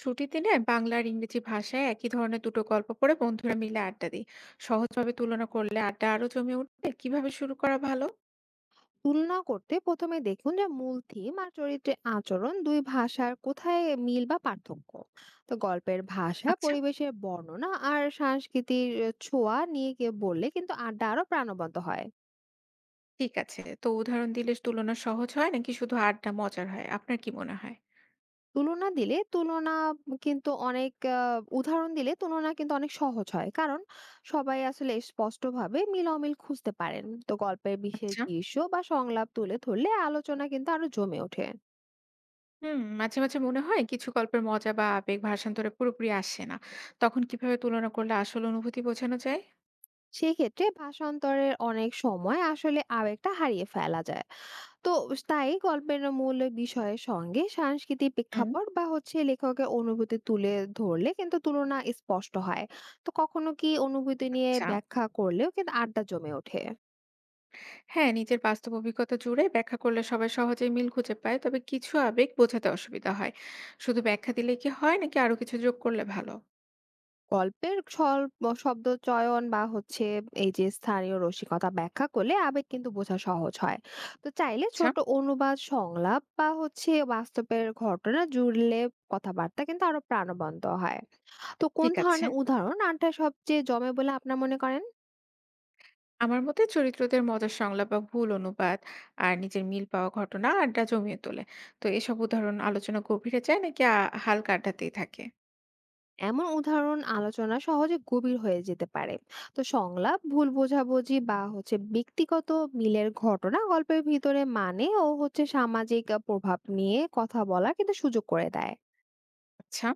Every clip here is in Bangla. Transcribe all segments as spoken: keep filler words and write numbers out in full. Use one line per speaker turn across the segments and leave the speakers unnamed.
ছুটির দিনে বাংলা আর ইংরেজি ভাষায় একই ধরনের দুটো গল্প পড়ে বন্ধুরা মিলে আড্ডা দিই। সহজভাবে তুলনা করলে আড্ডা আরো জমে উঠবে, কিভাবে শুরু করা ভালো?
তুলনা করতে প্রথমে দেখুন যে মূল থিম আর চরিত্রের আচরণ দুই ভাষার কোথায় মিল বা পার্থক্য। তো গল্পের ভাষা,
আচ্ছা,
পরিবেশের বর্ণনা আর সংস্কৃতির ছোঁয়া নিয়ে কেউ বললে কিন্তু আড্ডা আরো প্রাণবন্ত হয়।
ঠিক আছে। তো উদাহরণ দিলে তুলনা সহজ হয় নাকি শুধু আড্ডা মজার হয়, আপনার কি মনে হয়?
তুলনা দিলে তুলনা কিন্তু অনেক আহ, উদাহরণ দিলে তুলনা কিন্তু অনেক সহজ হয়, কারণ সবাই আসলে স্পষ্টভাবে মিল অমিল খুঁজতে পারেন। তো গল্পের বিশেষ
আচ্ছা।
দৃশ্য বা সংলাপ তুলে ধরলে আলোচনা কিন্তু আরো জমে ওঠে।
হুম মাঝে মাঝে মনে হয় কিছু গল্পের মজা বা আবেগ ভাষান্তরে পুরোপুরি আসে না। তখন কিভাবে তুলনা করলে আসল অনুভূতি বোঝানো যায়?
সেক্ষেত্রে ভাষান্তরের অনেক সময় আসলে আবেগটা হারিয়ে ফেলা যায়। তো তাই গল্পের মূল বিষয়ের সঙ্গে সাংস্কৃতিক
হুম।
প্রেক্ষাপট বা হচ্ছে লেখকের অনুভূতি তুলে ধরলে কিন্তু তুলনা স্পষ্ট হয়। তো কখনো কি অনুভূতি নিয়ে
আচ্ছা।
ব্যাখ্যা করলেও কিন্তু আড্ডা জমে ওঠে?
হ্যাঁ, নিজের বাস্তব অভিজ্ঞতা জুড়ে ব্যাখ্যা করলে সবাই সহজেই মিল খুঁজে পায়। তবে কিছু আবেগ বোঝাতে অসুবিধা হয়। শুধু ব্যাখ্যা দিলেই কি হয় নাকি আরো কিছু যোগ করলে ভালো?
গল্পের স্বল শব্দ চয়ন বা হচ্ছে এই যে স্থানীয় রসিকতা ব্যাখ্যা করলে আবেগ কিন্তু বোঝা সহজ হয়। তো চাইলে
আচ্ছা,
ছোট অনুবাদ সংলাপ বা হচ্ছে বাস্তবের ঘটনা জুড়লে কথাবার্তা কিন্তু আরো প্রাণবন্ত হয়। তো কোন
ঠিক আছে।
ধরনের উদাহরণ আনটা সবচেয়ে জমে বলে আপনার মনে করেন?
আমার মতে চরিত্রদের মজার সংলাপ বা ভুল অনুবাদ আর নিজের মিল পাওয়া ঘটনা আড্ডা জমিয়ে তোলে। তো এসব উদাহরণ আলোচনা গভীরে যায় নাকি আ হালকা আড্ডাতেই থাকে?
এমন উদাহরণ আলোচনা সহজে গভীর হয়ে যেতে পারে। তো সংলাপ, ভুল বোঝাবুঝি বা হচ্ছে ব্যক্তিগত মিলের ঘটনা, গল্পের ভিতরে মানে ও হচ্ছে সামাজিক আহ, প্রভাব নিয়ে কথা বলা কিন্তু সুযোগ করে দেয়।
আচ্ছা।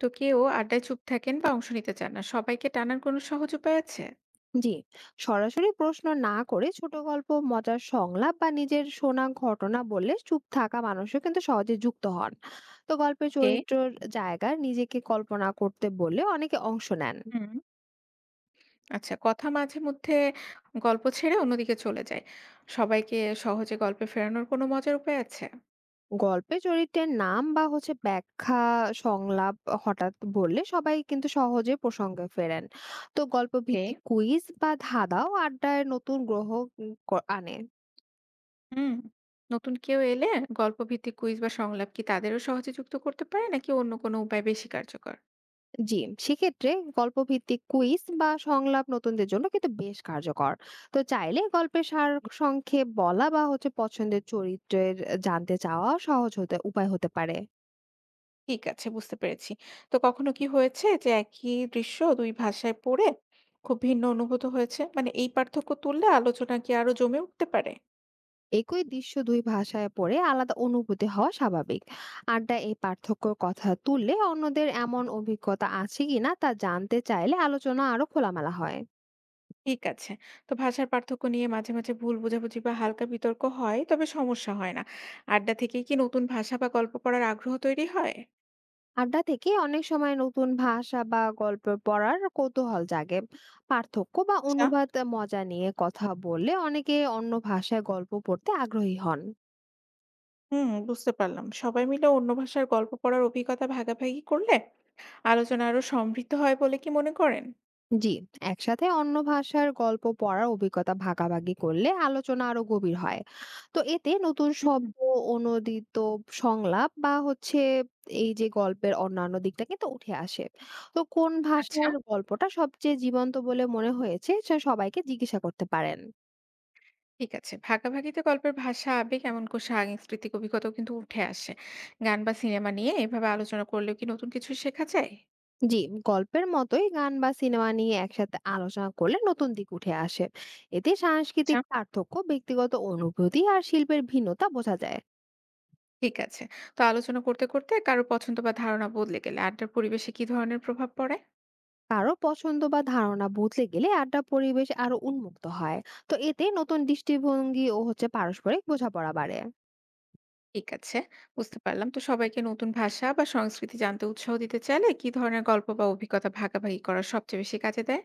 তো কেউ আড্ডায় চুপ থাকেন বা অংশ নিতে চান না। সবাইকে টানার কোনো সহজ উপায় আছে?
জি, সরাসরি প্রশ্ন না করে ছোট গল্প, মজার সংলাপ বা নিজের শোনা ঘটনা বললে চুপ থাকা মানুষও কিন্তু সহজে যুক্ত হন। তো গল্পের
ওকে।
চরিত্রের জায়গায় নিজেকে কল্পনা করতে বললে অনেকে অংশ নেন।
হুম আচ্ছা, কথা মাঝে মধ্যে গল্প ছেড়ে অন্যদিকে চলে যায়। সবাইকে সহজে গল্পে ফেরানোর কোনো মজার উপায় আছে?
গল্পে চরিত্রের নাম বা হচ্ছে ব্যাখ্যা, সংলাপ হঠাৎ বললে সবাই কিন্তু সহজে প্রসঙ্গে ফেরেন। তো গল্প
ওকে।
ভিত্তিক কুইজ বা ধাঁধাও আড্ডায় নতুন গ্রহ উম ক- আনে।
হুম। নতুন কেউ এলে গল্পভিত্তিক কুইজ বা সংলাপ কি তাদেরও সহজে যুক্ত করতে পারে নাকি অন্য কোনো উপায় বেশি কার্যকর?
জি, সেক্ষেত্রে গল্প ভিত্তিক কুইজ বা সংলাপ নতুনদের জন্য কিন্তু বেশ কার্যকর। তো চাইলে গল্পের সার সংক্ষেপ বলা বা হচ্ছে পছন্দের চরিত্রের জানতে চাওয়া সহজ হতে উপায় হতে পারে।
ঠিক আছে, বুঝতে পেরেছি। তো কখনো কি হয়েছে যে একই দৃশ্য দুই ভাষায় পড়ে খুব ভিন্ন অনুভূত হয়েছে, মানে এই পার্থক্য তুললে আলোচনা কি আরো জমে উঠতে পারে?
একই দৃশ্য দুই ভাষায় পড়ে আলাদা অনুভূতি হওয়া স্বাভাবিক। আড্ডা এই পার্থক্যর কথা তুললে, অন্যদের এমন অভিজ্ঞতা আছে কিনা তা জানতে চাইলে আলোচনা আরো খোলামেলা হয়।
ঠিক আছে। তো ভাষার পার্থক্য নিয়ে মাঝে, মাঝে ভুল বোঝাবুঝি বা হালকা বিতর্ক হয়, তবে সমস্যা হয় না। আড্ডা থেকেই কি নতুন ভাষা বা গল্প পড়ার আগ্রহ তৈরি হয়?
আড্ডা থেকে অনেক সময় নতুন ভাষা বা গল্প পড়ার কৌতূহল জাগে। পার্থক্য বা
আচ্ছা।
অনুবাদ মজা নিয়ে কথা বললে অনেকে অন্য ভাষায় গল্প পড়তে আগ্রহী হন।
হুম, বুঝতে পারলাম। সবাই মিলে অন্য ভাষার গল্প পড়ার অভিজ্ঞতা ভাগাভাগি করলে আলোচনা আরো সমৃদ্ধ হয় বলে কি মনে করেন?
জি, একসাথে অন্য ভাষার গল্প পড়ার অভিজ্ঞতা ভাগাভাগি করলে আলোচনা আরো গভীর হয়। তো এতে নতুন
হুম,
শব্দ, অনূদিত সংলাপ বা হচ্ছে এই যে গল্পের অন্যান্য দিকটা কিন্তু উঠে আসে। তো কোন
আচ্ছা।
ভাষার গল্পটা সবচেয়ে জীবন্ত বলে মনে হয়েছে সে সবাইকে জিজ্ঞাসা করতে পারেন।
ঠিক আছে। ভাগাভাগিতে গল্পের ভাষা, আবেগ এমনকি সাংস্কৃতিক অভিজ্ঞতাও কিন্তু উঠে আসে। গান বা সিনেমা নিয়ে এভাবে আলোচনা করলেও কি নতুন কিছু শেখা যায়?
জি, গল্পের মতোই গান বা সিনেমা নিয়ে একসাথে আলোচনা করলে নতুন দিক উঠে আসে। এতে সাংস্কৃতিক পার্থক্য, ব্যক্তিগত অনুভূতি আর শিল্পের ভিন্নতা বোঝা যায়।
ঠিক আছে। তো আলোচনা করতে, করতে কারো পছন্দ বা ধারণা বদলে গেলে আড্ডার পরিবেশে কি ধরনের প্রভাব পড়ে?
কারো পছন্দ বা ধারণা বদলে গেলে আড্ডা পরিবেশ আরো উন্মুক্ত হয়। তো এতে নতুন দৃষ্টিভঙ্গি ও হচ্ছে পারস্পরিক বোঝাপড়া বাড়ে।
ঠিক আছে, বুঝতে পারলাম। তো সবাইকে নতুন ভাষা বা সংস্কৃতি জানতে উৎসাহ দিতে চাইলে কি ধরনের গল্প বা অভিজ্ঞতা ভাগাভাগি করা সবচেয়ে বেশি কাজে দেয়?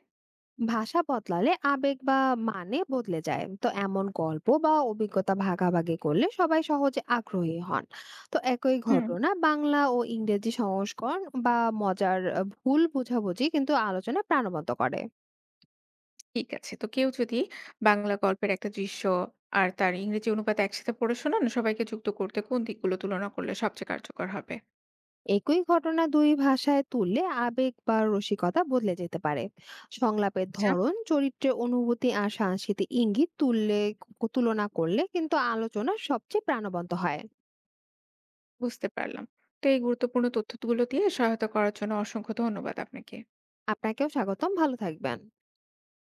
ভাষা বদলালে আবেগ বা মানে বদলে যায়, তো এমন গল্প বা অভিজ্ঞতা ভাগাভাগি করলে সবাই সহজে আগ্রহী হন। তো একই
হুম,
ঘটনা বাংলা ও ইংরেজি সংস্করণ বা মজার আহ, ভুল বোঝাবুঝি কিন্তু আলোচনা প্রাণবন্ত করে।
ঠিক আছে। তো কেউ যদি বাংলা গল্পের একটা দৃশ্য আর তার ইংরেজি অনুবাদ একসাথে পড়ে শোনান, সবাইকে যুক্ত করতে কোন দিকগুলো তুলনা করলে সবচেয়ে কার্যকর হবে?
একই ঘটনা দুই ভাষায় তুললে আবেগ বা রসিকতা বদলে যেতে পারে। সংলাপের
আচ্ছা,
ধরন, চরিত্রের অনুভূতি আর সাংস্কৃতিক ইঙ্গিত তুললে তুলনা করলে কিন্তু আলোচনা সবচেয়ে প্রাণবন্ত হয়।
বুঝতে পারলাম। তো এই গুরুত্বপূর্ণ তথ্যগুলো দিয়ে সহায়তা করার জন্য অসংখ্য ধন্যবাদ আপনাকে।
আপনাকেও স্বাগতম, ভালো থাকবেন।